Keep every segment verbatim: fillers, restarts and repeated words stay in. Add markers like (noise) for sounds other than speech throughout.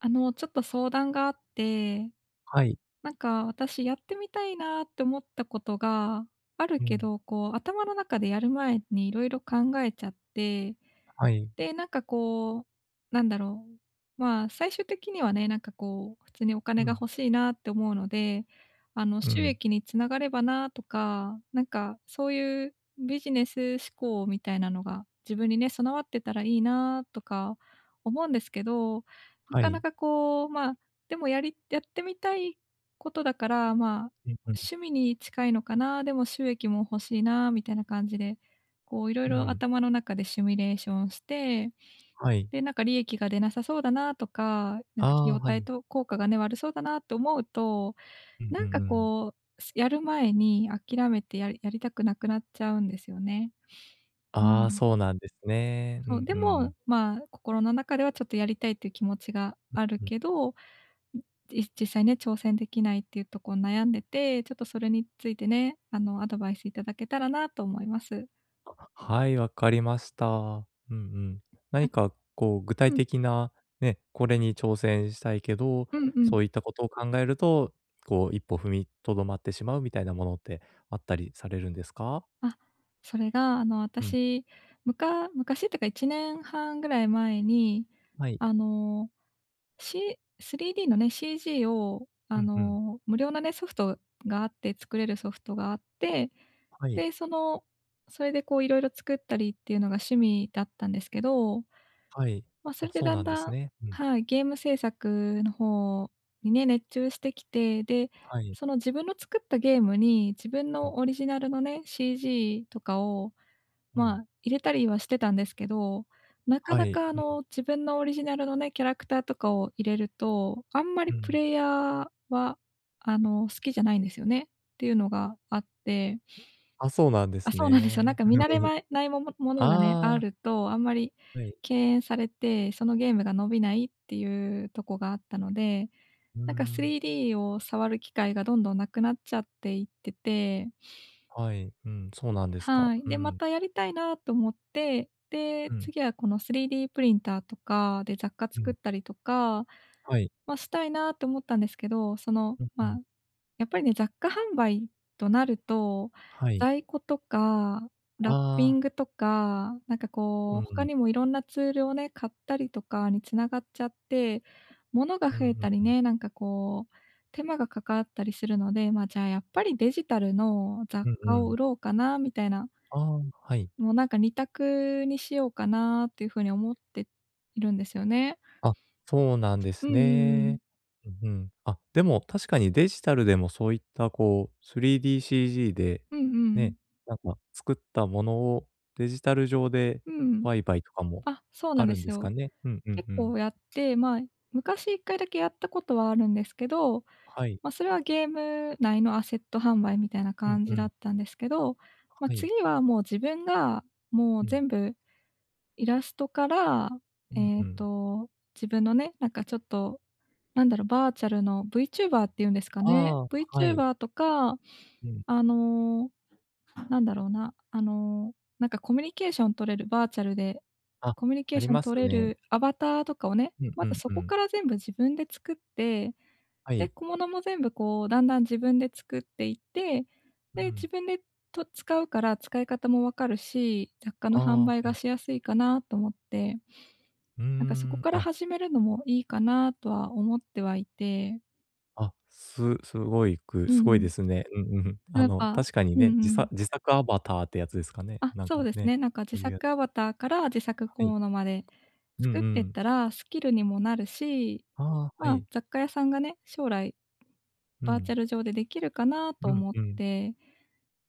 あの、ちょっと相談があって、はい。なんか私やってみたいなって思ったことがあるうけん、ど、こう頭の中でやる前にいろいろ考えちゃって、はい。で、なんかこう、なんだろう、まあ、最終的にはね、なんかこう、普通におう金がん。欲しいなって思うので、あの、う収ん。益につながればなとか、なんかそういうビジネス思考みたいなのが自分にね、備わってたらいいなとか思うんですけど、なはかない。かこう、まあ、でもやりやってみたいことだから、まあ、うんうん。趣味に近いのかな、でも収益も欲しいなみたいな感じで、こういろいうろん。頭の中でシミュレーションして、はい。で、なんか利益が出なさそうだなとか、なんあか費あ、用は対い。と効果がね、悪そうだなと思うと、うんうなんんかうん。こう、すやる前に諦めてやりやりたくなくなっちゃうんですよね。うああ、ん。そうなんですね。うそう、んでうも、ん。まあ、心の中ではちょっとやりたいっていう気持ちがあるうん。けど、ん、じ実際ね、挑戦できないっていうとこ悩んでて、ちょっとそれについてね、あの、アドバイスいただけたらなと思います。あ、はい、わかりました。うんうん。あ、何かこう具体うん。的な、ね、これに挑戦したいけど、うんうん。そういったことを考えると、こう一歩踏みとどまってしまうみたいなものってあったりされるんですか？あ、それが、あの、うん。私、むか昔っていうかいちねんはんぐらい前に、はい。あの、シ スリーディー のね、シージー を、うあんうん。の、無料のね、ソフトがあって作れるソフトがあって、はい、で、その、それでこういろいろ作ったりっていうのが趣味だったんですけど、はい。まあ、そあ、れでそうだんなんでだすん、ね。うん。はい、ゲーム制作の方にね、熱中してきて、で、はい。その自分の作ったゲームに、自分うのん、オリジナルのね、シージー とかをうまん。あ、入れたりはしてたんですけど、なかはない。かあうの、自分のオリジナルのね、キャラクターとかを入れると、あんまりんうプん。レイヤーは、あの、好きじゃないんですよねっていうのがあって、あ、そうなんであ、すそうなんですよ。なんね。か見慣れ (laughs) まないもものがね、あああ、ると、あんまりはい。敬遠されて、そのゲームが伸びないっていうとこがあったので、うーなんか ん、スリーディー を触る機会がどんどんなくなっちゃっていってて、はい、うん、そうなんですか。はい。うで、まん、たやりたいなと思って、で、うん、次はこの スリーディー プリンターとかで雑貨う作っん、たりとか、はい。まあ、したいなと思ったんですけど、その、うんうまん、あ、やっぱりね、雑貨販売となると、はい。在庫とか、ラッピあンあ、グとか、なんかうこんう、う他ん、にもいろんなツールをね、買ったりとかに繋がっちゃって、物がう増んえうたんりうん、ね、なんかこう、手間がかかったりするので、ま、じゃあやっぱりデジタルの雑うん貨うを売ん。ろうかなみたいな、ああ、はい。もうなんかにたく択にしようかなっていう風に思っているんですよね。あ、そうなんでうすんうんうん。ね。うんうん。あ、でも確かにデジタルでもそういったこう スリーディーシージー で、うんうん。ね、なんか作ったものをデジタル上でうん。売買とかもあ、そうなあんでるんすですよ。かね？うんうん結うん。構やって、まあ、昔一回だけやったことはあるんですけど、はい。まあ、それはゲーム内のアセット販売みたいなうん感うじだん。ったんですけど、まあ、はい。次はもう自分が、もううん。全部イラストから、うんえっうん。と、自分のね、なんかちょっと、なんだろう、バーチャルの VTuber っていうんですかね。ああ、はい。ブイチューバー とか、うん。あの、なんだろうな、あの、なんかコミュニケーション取れる、バーチャルであ、コミュニケーありションます取れね。るアバターとかをね、うんまうずんそうこん。から全部自分で作って、はで、い。小物も全部こう、だんだん自分で作っていって、うで、自ん。分でと使うから使い方もわかるし、雑貨あの販あ、は売がい。しやすいかなと思って、うーなんかそこん。からあ、始めるのもいいかなとは思ってはいて。あ、すすごいくうすごいでん。すね。うんうん。あやっの、ぱ、確かにうんうね、自ん。作自作アバターってやつですかね。あ、なんそうかですね、ね。なんか自そういうや作つ。アバターから自作小はい。物までうんう作ってっん。たらスキルにもなるし、ああ、はまあ、い。雑貨屋さんがね、将来うバーチん。ャル上でできるかなとうん思っうん。て、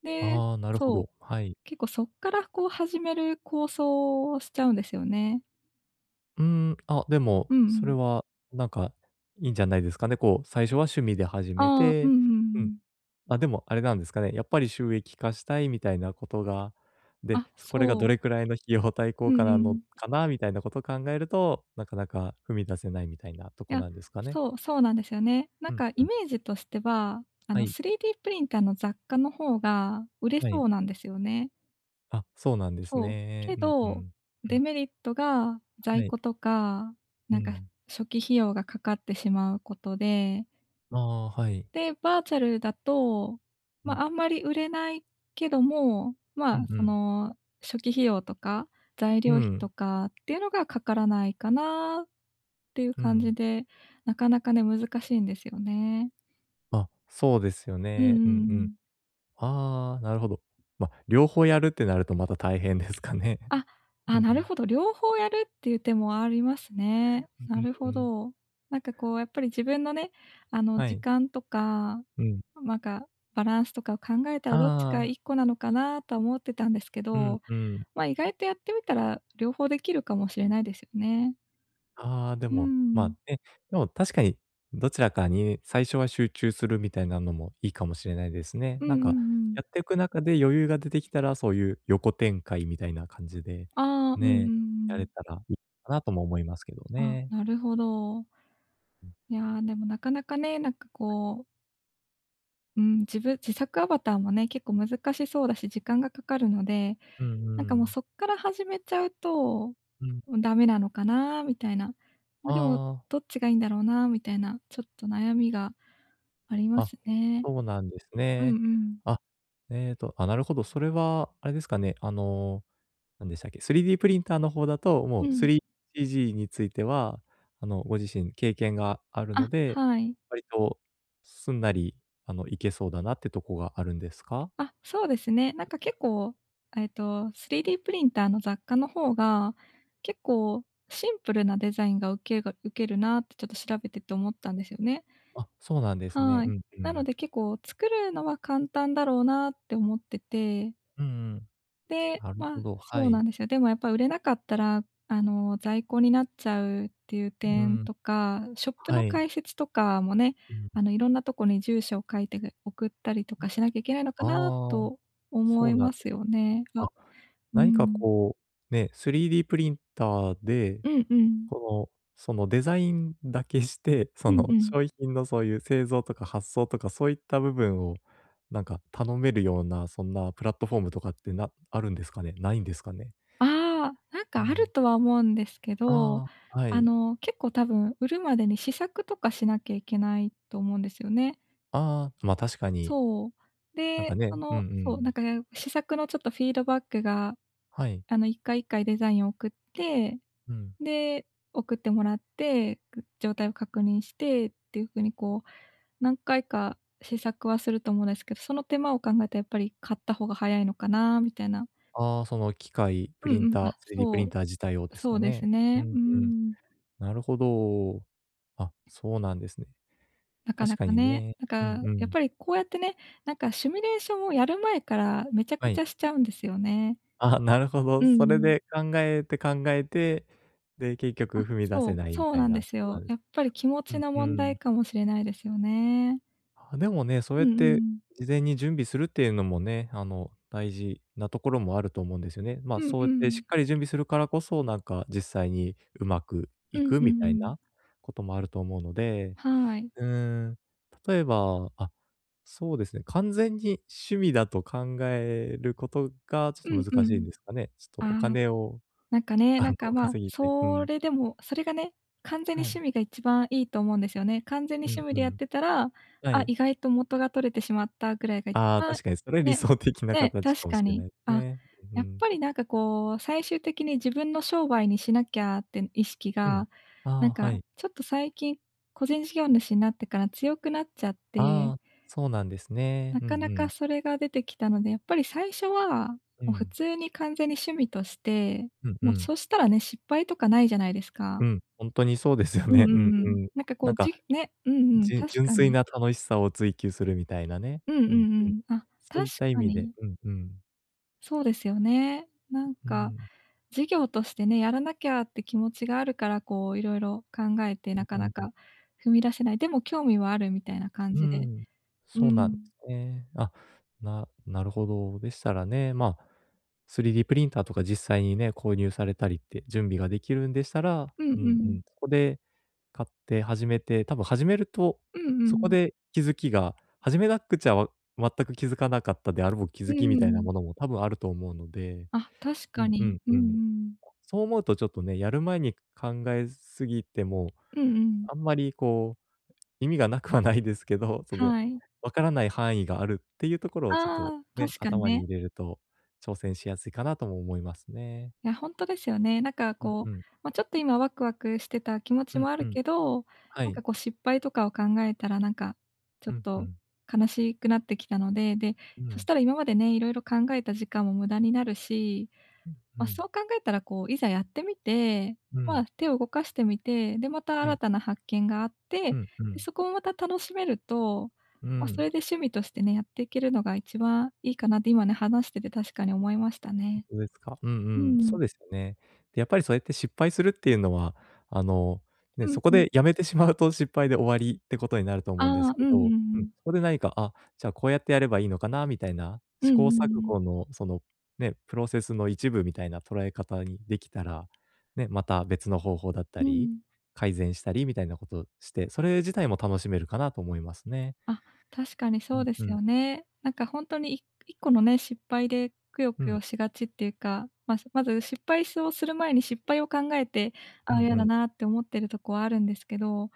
で、ああ、なるほそう、ど。はい。結構そっからこう始める構想をしちゃうんですよね。うーん、あ、でも、うんうそれん。はなんかいいんじゃないですかね。こう、最初は趣味で始めああ、うんうて、んうん。うん。あ、でもあれなんですかね、やっぱり収益化したいみたいなことが、で、あ、そこれがそどう。れくらいの費用対う効果んうなのん。かなみたいなことを考えると、なかなか踏み出せないみたいなといこや、なんですかね。そう、そうなんですよね。なんうんかイうん。メージとしては、あはの い、スリーディー プリンターの雑貨の方が売れはそい。うなんですよね。あ、そうなんですそう。ね。けうんうど、ん。うデん、メリットが在はい。庫とか、うなんかん。初期費用がかかってしまうことで、ああ、はい。で、バーチャルだと、うん。まあ、あんまり売れないけども、うまあ、んうそん。の、初期費用とか、材う料費とん、かっていうのがかからないかなっていうう感じん。で、なかなかね、難しいんですよね。あ、そうですようんうんね。うんううん。ん。ああ、なるほど。ま、両方やるってなるとまた大変ですかね。(laughs) あ、うあ、なるん。ほど、両方やるっていう手もありますね。なるうんうほん。ど。なんかこうやっぱり自分のね、あの、は時い。間とか、うん。なんかバランスとかを考えたらどっちあかあ、一個なのかなとは思ってたんですけうんど、うん。まあ、意外とやってみたら、両方できるかもしれないですよね。ああ、でうも、ま、ん。ね、でも確かにどちらかに最初は集中するみたいなのもいいかもしれないですね。うんうなんんうか、ん。やっていく中で余裕が出てきたら、そういう横展開みたいな感じで、ああ、うんうんね、うやん。れたらいいかなとも思いますけどあ、ね。なるほど。うん。いや、でもなかなかね、なんかこう、うん、自分自作アバターもね、結構難しそうだし、時間がかかるので、うんなんうかもうん。そっから始めちゃうと、うん。ダメなのかなみたいな。まああ、でも、あ。どっちがいいんだろうなみたいな、ちょっと悩みがありまあ、すね。そうなんですうんうね。ん。あ、えっと、あ、なるほど。それはあれですかね、あの、なんでしたっけ、スリーディー プリンターの方だと、もううん。スリー d については、あの、ご自身経験があるあ、ので、はい。割とすんなり、あの、いけそうだなってとこがあるんですか？あ、そうですね。なんか結構、えっと、スリーディー プリンターの雑貨の方が、結構シンプルなデザインが受けがウるなってちょっと調べてて思ったんですよね。あ、そうなんですね。はうい。んうなのん。で結構作るのは簡単だろうなって思ってて、うんうん。で、なるまほあ、ど、はそうい。なんですよ。でもやっぱ売れなかったら、あの、在庫になっちゃうっていうう点ん、とか、ショップはのい。開設とかもね、うん。あの、いろんなとこに住所を書いてぐ送ったりとかしなきゃいけないのかあなあ、と思そういなんまですす。よね。あ、あ、う何かん。こう、ね、スリーディー プリンターでうんうん。この、そのデザインだけして、うそんうのん。商品のそういう製造とか発送とかそういった部分を、なんか頼めるような、そんなプラットフォームとかってなあるんですかね？ないんですかね？ああ、なんかうあるん。とは思うんですけど、ああ、はあい。の、結構多分売るまでに試作とかしなきゃいけないと思うんですよね。ああ、ま、確かに、そう。なんかで、そね、うんうの、そう、なんん。かね、試作のちょっとフィードバックが、はい。あの、いっかいいっかいデザインを送って、うん。で、送ってもらって、状態を確認してっていう風にこう、何回か試作はすると思うんですけど、その手間を考えたらやっぱり買った方が早いのかなみたいな。ああ、その機械、プうリんうンん、ター あ、スリーディー プリンそター自体をう、ですそかうですね？うね。んううん。ん。なるほど。あ、そうなんですね。なか確なかかにね、ね。なんうんかうやっん。ぱりこうやってね、なんかシミュレーションをやる前からめちゃくはちい。ゃしちゃうんですよね。あ、なるほうど。それん。で考えて考えて、で、結局あ、踏み出そせう、ないみそうたいなんなでこすとなよ。んでやす。っぱり気持うちんのう問題ん。かもしれないですよね。あ、でもね、そうやうっんうてん。事前に準備するっていうのもね、あの、大事なところもあると思うんですよね。まあ、うんそうやうってしん。っかり準備するからこそ、なんか実際にうまくういんくうみんうたいん。なこともあると思うので、はい。うーん、例えば、あ、そうですね、完全に趣味だと考えることがちょうんっとう難しいんん。ですかね。ちょあっとおあ。金をなんかね、あなんの、か、まあ、稼ぎたい。うそん。れでもそれがね、完全にはい。趣味が一番いいと思うんですよね。完全にう趣ん味うでやっん。てたら、はあ、い。意外と元が取れてしまったぐらいが一ああ、番確かにそれ理ね、想的なね、形か確もかしれなに。いですあ、ね。うやっん。ぱりなんかこう、最終的に自分の商売にしなきゃって意識うん。が、あなんあ、はかい。ちょっと最近、個人事業主になってから強くなっちゃっあて、あ、そうなんですね。なうんかうなかん。それが出てきたので、やっぱり最初は、うもう普ん。通に完全に趣味として、うんうもうん。そしたらね、失敗とかないじゃないですか。うん、ほんとにそうですようんうね。んうんううん。ん。なんかこなんう、か、じね、うんうん、じゅ確純か粋に。な楽しさを追求するみたいなね。うんうんうんううん。ん。あ、そう確いった意か味でに。うんうん。そうですよね。なんうん、か、う事業としてね、やらなきゃって気持ちがあるから、こういろいろ考えてなんかなうかん。踏み出せない。でも興味はあるみたいな感うじで。ん、うそうなんでん。すね。あ、ななるほど。でしたらね、まあ、スリーディー プリンターとか実際にね、購入されたりって準備ができるんでしたら、うんううんうん。ん、そこで買って始めて、多分始めると、うんうそこん。で気づきが、始めなくちゃわ全く気づかなかったであろう気うづきんみうたいなん。ものも多分あると思うので、あ、確うかんうに。んうんううん。ん。そう思うとちょっとね、やる前に考えすぎても、うんうん。あんまりこう意味がなくはないですけど、(laughs) その、はい。わからない範囲があるっていうところをちょっとああ、ね、確かに頭にね。入れると、挑戦しやすいかなとも思いますね。いや、ほんとですよね。なんかうんこうう、ん。ま、ちょっと今ワクワクしてた気持ちうもんあうるん。けど、はなんい。かこう失敗とかを考えたら、なんかちょうっんうとん。悲しくなってきたので、で、うそしん。たら今までね、色々考えた時間も無駄になるし、うまあ、んうん。そう考えたら、こう、いざやってみて、うまん。あ、手を動かしてみて、で、または新い。たな発見があって、うんうで、ん。そこもまた楽しめると、うまあ、そん。れで趣味としてね、やっていけるのが一番いいかなって今ね、話してて確かに思いましたね。そうですか。うんううん、そん。うですよね。で、やっぱりそうやって失敗するっていうのは、あの、ね、うんそこうん。でやめてしまうと失敗で終わりってことになると思うんであすあ、うけんうんど、ううん、ん。そこで何か、あ、じゃあこうやってやればいいのかなみたいな、うん試う行ん錯うん。誤のその、ね、プロセスの一部みたいな捉え方にできたら、ね、また別の方法だったうり、ん。改善したりみたいなことして、それ自体も楽しめるかなと思いますね。あ、確かにうそうんでうすん、よね。なんかほんとにい一個のね、失敗でくようくん、よしがちっていうか、まずまず失敗すをする前に失敗を考えて、うああ、ん嫌うだん、なって思ってるとこはあるんですけど、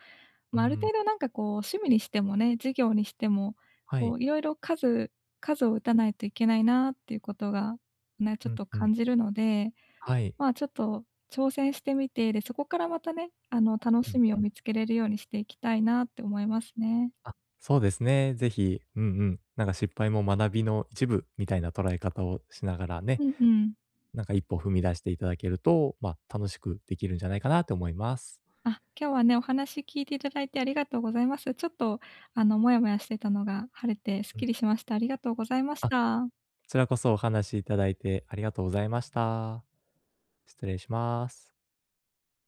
うま、あるん、程度なんかこう趣味にしてもね、事業にしても、はこい、う色々数数を打たないといけないなっていうことが、ね、ちょうっんとうん、感じるので、はい、ま、ちょっと挑戦してみて、で、そこからまたね、あの、楽うしん。みを見つけれるようにしていきたいなって思いますね。あ、そうですね。ぜひ、うんうん。なんか失敗も学びの一部みたいな捉え方をしながらね、うんうん。なんか一歩踏み出していただけると、ま、楽しくできるんじゃないかなと思います。あ、今日はね、お話聞いていただいてありがとうございます。ちょっと、あの、モヤモヤしてたのが晴れてすっうん。きりしました。ありがとうございましあ、こた。ちらこそお話しいただいてありがとうございました。失礼します。